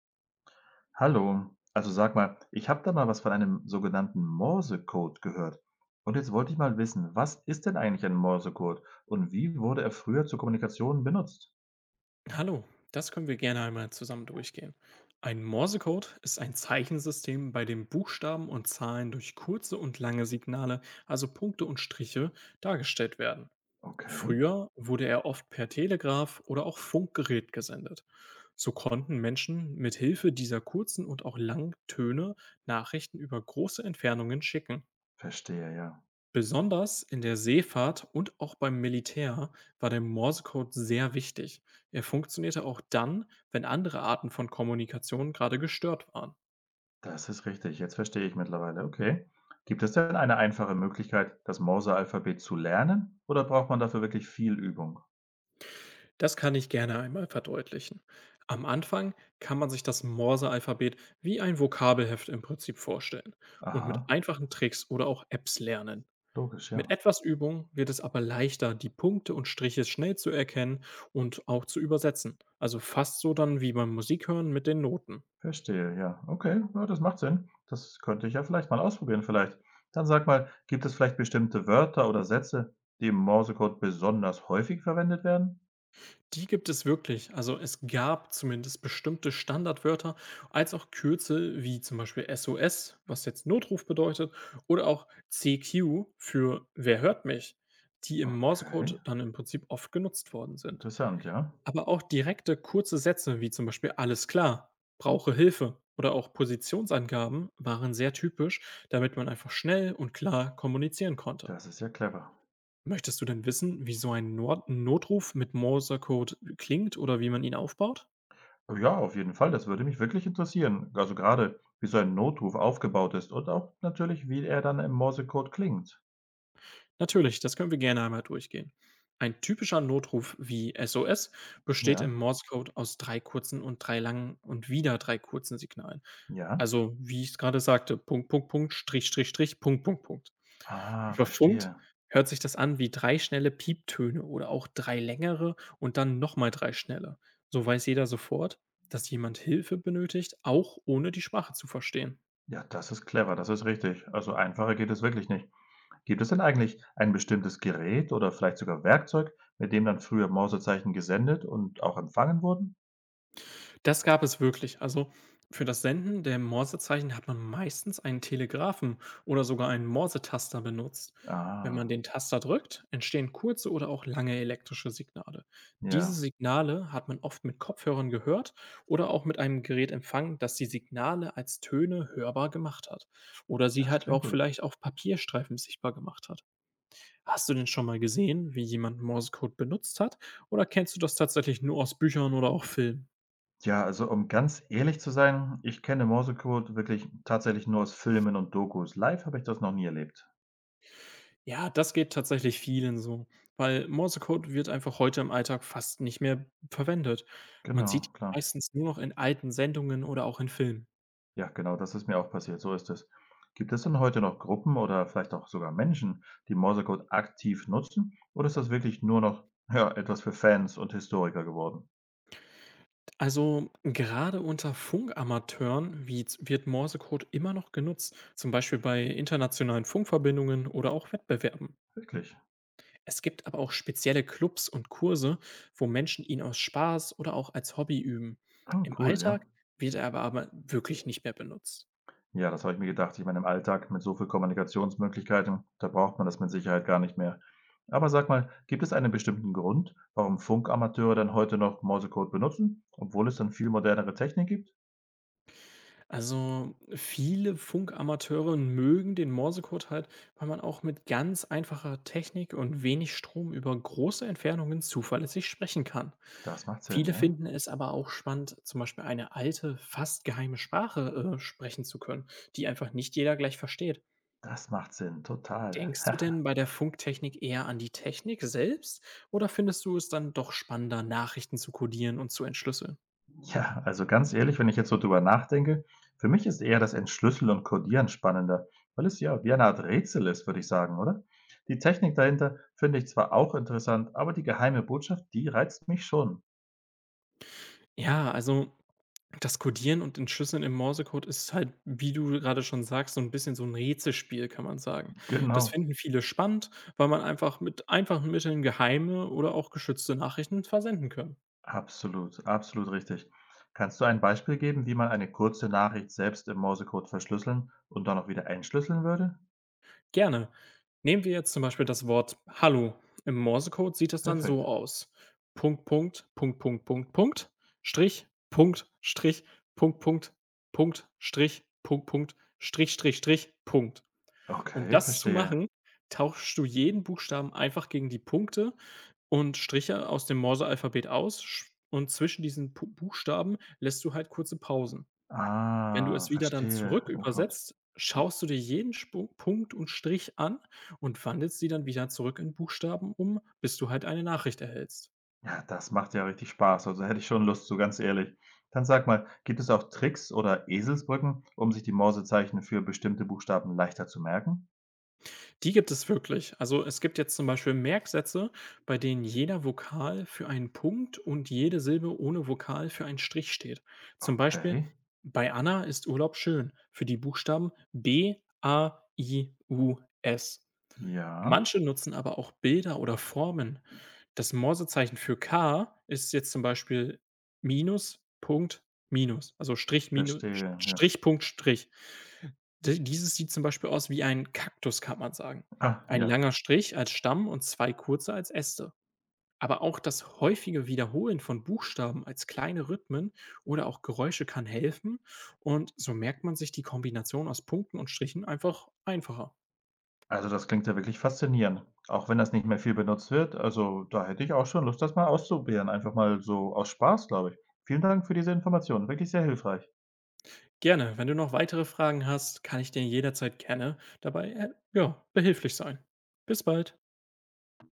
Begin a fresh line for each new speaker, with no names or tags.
Hallo, also sag mal, ich habe da mal was von einem sogenannten Morsecode gehört. Und jetzt wollte ich mal wissen, was ist denn eigentlich ein Morsecode und wie wurde er früher zur Kommunikation benutzt?
Hallo, das können wir gerne einmal zusammen durchgehen. Ein Morsecode ist ein Zeichensystem, bei dem Buchstaben und Zahlen durch kurze und lange Signale, also Punkte und Striche, dargestellt werden.
Okay,
Früher wurde er oft per Telegraph oder auch Funkgerät gesendet. So konnten Menschen mit Hilfe dieser kurzen und auch langen Töne Nachrichten über große Entfernungen schicken.
verstehe, ja.
Besonders in der Seefahrt und auch beim Militär war der Morsecode sehr wichtig. Er funktionierte auch dann, wenn andere Arten von Kommunikation gerade gestört waren.
Das ist richtig, jetzt verstehe ich mittlerweile. Okay. Gibt es denn eine einfache Möglichkeit, das Morse-Alphabet zu lernen oder braucht man dafür wirklich viel Übung?
Das kann ich gerne einmal verdeutlichen. Am Anfang kann man sich das Morse-Alphabet wie ein Vokabelheft im Prinzip vorstellen und mit
Aha,
einfachen Tricks oder auch Apps lernen.
logisch,
Mit
ja.
etwas Übung wird es aber leichter, die Punkte und Striche schnell zu erkennen und auch zu übersetzen. Also fast so dann wie beim Musikhören mit den Noten.
Verstehe, ja. Okay, ja, das macht Sinn. Das könnte ich ja vielleicht mal ausprobieren vielleicht. Dann sag mal, gibt es vielleicht bestimmte Wörter oder Sätze, die im Morsecode besonders häufig verwendet werden?
Die gibt es wirklich. Also es gab zumindest bestimmte Standardwörter als auch Kürzel wie zum Beispiel SOS, was jetzt Notruf bedeutet, oder auch CQ für Wer hört mich, die im
Okay,
Morsecode dann im Prinzip oft genutzt worden sind.
interessant, ja.
Aber auch direkte kurze Sätze wie zum Beispiel Alles klar, brauche Hilfe oder auch Positionsangaben waren sehr typisch, damit man einfach schnell und klar kommunizieren konnte.
Das ist ja clever.
Möchtest du denn wissen, wie so ein Nord Notruf mit Morsecode klingt oder wie man ihn aufbaut?
Ja, auf jeden Fall, das würde mich wirklich interessieren. Also gerade, wie so ein Notruf aufgebaut ist und auch natürlich, wie er dann im Morsecode klingt.
Natürlich, das können wir gerne einmal durchgehen. Ein typischer Notruf wie SOS besteht im
Ja,
Morsecode aus drei kurzen und drei langen und wieder drei kurzen Signalen.
ja.
Also, wie ich es gerade sagte, Punkt, Punkt, Punkt, Strich, Strich, Strich, Punkt, Punkt, Punkt.
Ah,
Über Funk
verstehe.
hört sich das an wie drei schnelle Pieptöne oder auch drei längere und dann nochmal drei schnelle. So weiß jeder sofort, dass jemand Hilfe benötigt, auch ohne die Sprache zu verstehen.
Ja, das ist clever, das ist richtig. Also einfacher geht es wirklich nicht. Gibt es denn eigentlich ein bestimmtes Gerät oder vielleicht sogar Werkzeug, mit dem dann früher Morsezeichen gesendet und auch empfangen wurden?
Das gab es wirklich. Also für das Senden der Morsezeichen hat man meistens einen Telegraphen oder sogar einen Morsetaster benutzt. Wenn man
Ah,
den Taster drückt, entstehen kurze oder auch lange elektrische Signale. Diese
ja,
Signale hat man oft mit Kopfhörern gehört oder auch mit einem Gerät empfangen, das die Signale als Töne hörbar gemacht hat. Oder sie
das
halt
klingt
auch
gut.
vielleicht auf Papierstreifen sichtbar gemacht hat. Hast du denn schon mal gesehen, wie jemand Morsecode benutzt hat? Oder kennst du das tatsächlich nur aus Büchern oder auch Filmen?
Ja, also um ganz ehrlich zu sein, ich kenne Morsecode wirklich tatsächlich nur aus Filmen und Dokus. Live habe ich das noch nie erlebt.
Ja, das geht tatsächlich vielen so, weil Morsecode wird einfach heute im Alltag fast nicht mehr verwendet. Man sieht
Genau,
ihn
klar.
meistens nur noch in alten Sendungen oder auch in Filmen.
Ja, genau, das ist mir auch passiert. So ist es. Gibt es denn heute noch Gruppen oder vielleicht auch sogar Menschen, die Morsecode aktiv nutzen? Oder ist das wirklich nur noch ja, etwas für Fans und Historiker geworden?
Also gerade unter Funkamateuren wird Morsecode immer noch genutzt, zum Beispiel bei internationalen Funkverbindungen oder auch Wettbewerben.
Wirklich.
Es gibt aber auch spezielle Clubs und Kurse, wo Menschen ihn aus Spaß oder auch als Hobby üben.
Oh,
Im
cool, ja.
Alltag wird er aber wirklich nicht mehr benutzt.
Ja, das habe ich mir gedacht. Ich meine, im Alltag mit so viel Kommunikationsmöglichkeiten, da braucht man das mit Sicherheit gar nicht mehr. Aber sag mal, gibt es einen bestimmten Grund, warum Funkamateure dann heute noch Morsecode benutzen, obwohl es dann viel modernere Technik gibt?
Also, viele Funkamateure mögen den Morsecode halt, weil man auch mit ganz einfacher Technik und wenig Strom über große Entfernungen zuverlässig sprechen kann.
Das macht Sinn,
Viele
ja?
finden es aber auch spannend, zum Beispiel eine alte, fast geheime Sprache sprechen zu können, die einfach nicht jeder gleich versteht.
Das macht Sinn, total.
Denkst du denn bei der Funktechnik eher an die Technik selbst oder findest du es dann doch spannender, Nachrichten zu kodieren und zu entschlüsseln?
Ja, also ganz ehrlich, wenn ich jetzt so drüber nachdenke, für mich ist eher das Entschlüsseln und Codieren spannender, weil es ja wie eine Art Rätsel ist, würde ich sagen, oder? Die Technik dahinter finde ich zwar auch interessant, aber die geheime Botschaft, die reizt mich schon.
Ja, also das Codieren und Entschlüsseln im Morsecode ist halt, wie du gerade schon sagst, so ein bisschen so ein Rätselspiel, kann man sagen. Das
Genau.
finden viele spannend, weil man einfach mit einfachen Mitteln geheime oder auch geschützte Nachrichten versenden kann.
Absolut, absolut richtig. Kannst du ein Beispiel geben, wie man eine kurze Nachricht selbst im Morsecode verschlüsseln und dann auch wieder entschlüsseln würde?
Gerne. Nehmen wir jetzt zum Beispiel das Wort „Hallo“. Im Morsecode sieht das dann
Perfekt.
so aus: Punkt, Punkt, Punkt, Punkt, Punkt, Punkt, Strich, Punkt, Strich, Punkt, Punkt, Punkt, Strich, Punkt, Punkt, Strich, Strich, Strich, Punkt. Um
Okay,
das zu
verstehe.
machen, tauschst du jeden Buchstaben einfach gegen die Punkte und Striche aus dem Morsealphabet aus sch und zwischen diesen Pu Buchstaben lässt du halt kurze Pausen. Wenn du es
Ah,
wieder dann
verstehe.
zurück
Oh Gott.
übersetzt, schaust du dir jeden Spu Punkt und Strich an und wandelst sie dann wieder zurück in Buchstaben um, bis du halt eine Nachricht erhältst.
Ja, das macht ja richtig Spaß. Also hätte ich schon Lust zu, ganz ehrlich. Dann sag mal, gibt es auch Tricks oder Eselsbrücken, um sich die Morsezeichen für bestimmte Buchstaben leichter zu merken?
Die gibt es wirklich. Also es gibt jetzt zum Beispiel Merksätze, bei denen jeder Vokal für einen Punkt und jede Silbe ohne Vokal für einen Strich steht. Zum Beispiel,
Okay.
bei Anna ist Urlaub schön für die Buchstaben B, A, I, U, S.
Ja,
Manche nutzen aber auch Bilder oder Formen. Das Morsezeichen für K ist jetzt zum Beispiel Minus, Punkt, Minus. Also Strich, Minus,
verstehe. Ja.
Strich, Punkt, Strich. D Dieses sieht zum Beispiel aus wie ein Kaktus, kann man sagen.
Ah,
Ein
ja.
langer Strich als Stamm und 2 kurze als Äste. Aber auch das häufige Wiederholen von Buchstaben als kleine Rhythmen oder auch Geräusche kann helfen und so merkt man sich die Kombination aus Punkten und Strichen einfach einfacher.
Also, das klingt ja wirklich faszinierend, auch wenn das nicht mehr viel benutzt wird. Also, da hätte ich auch schon Lust, das mal auszuprobieren, einfach mal so aus Spaß, glaube ich. Vielen Dank für diese Informationen, wirklich sehr hilfreich.
Gerne, wenn du noch weitere Fragen hast, kann ich dir jederzeit gerne dabei, ja, behilflich sein. Bis bald.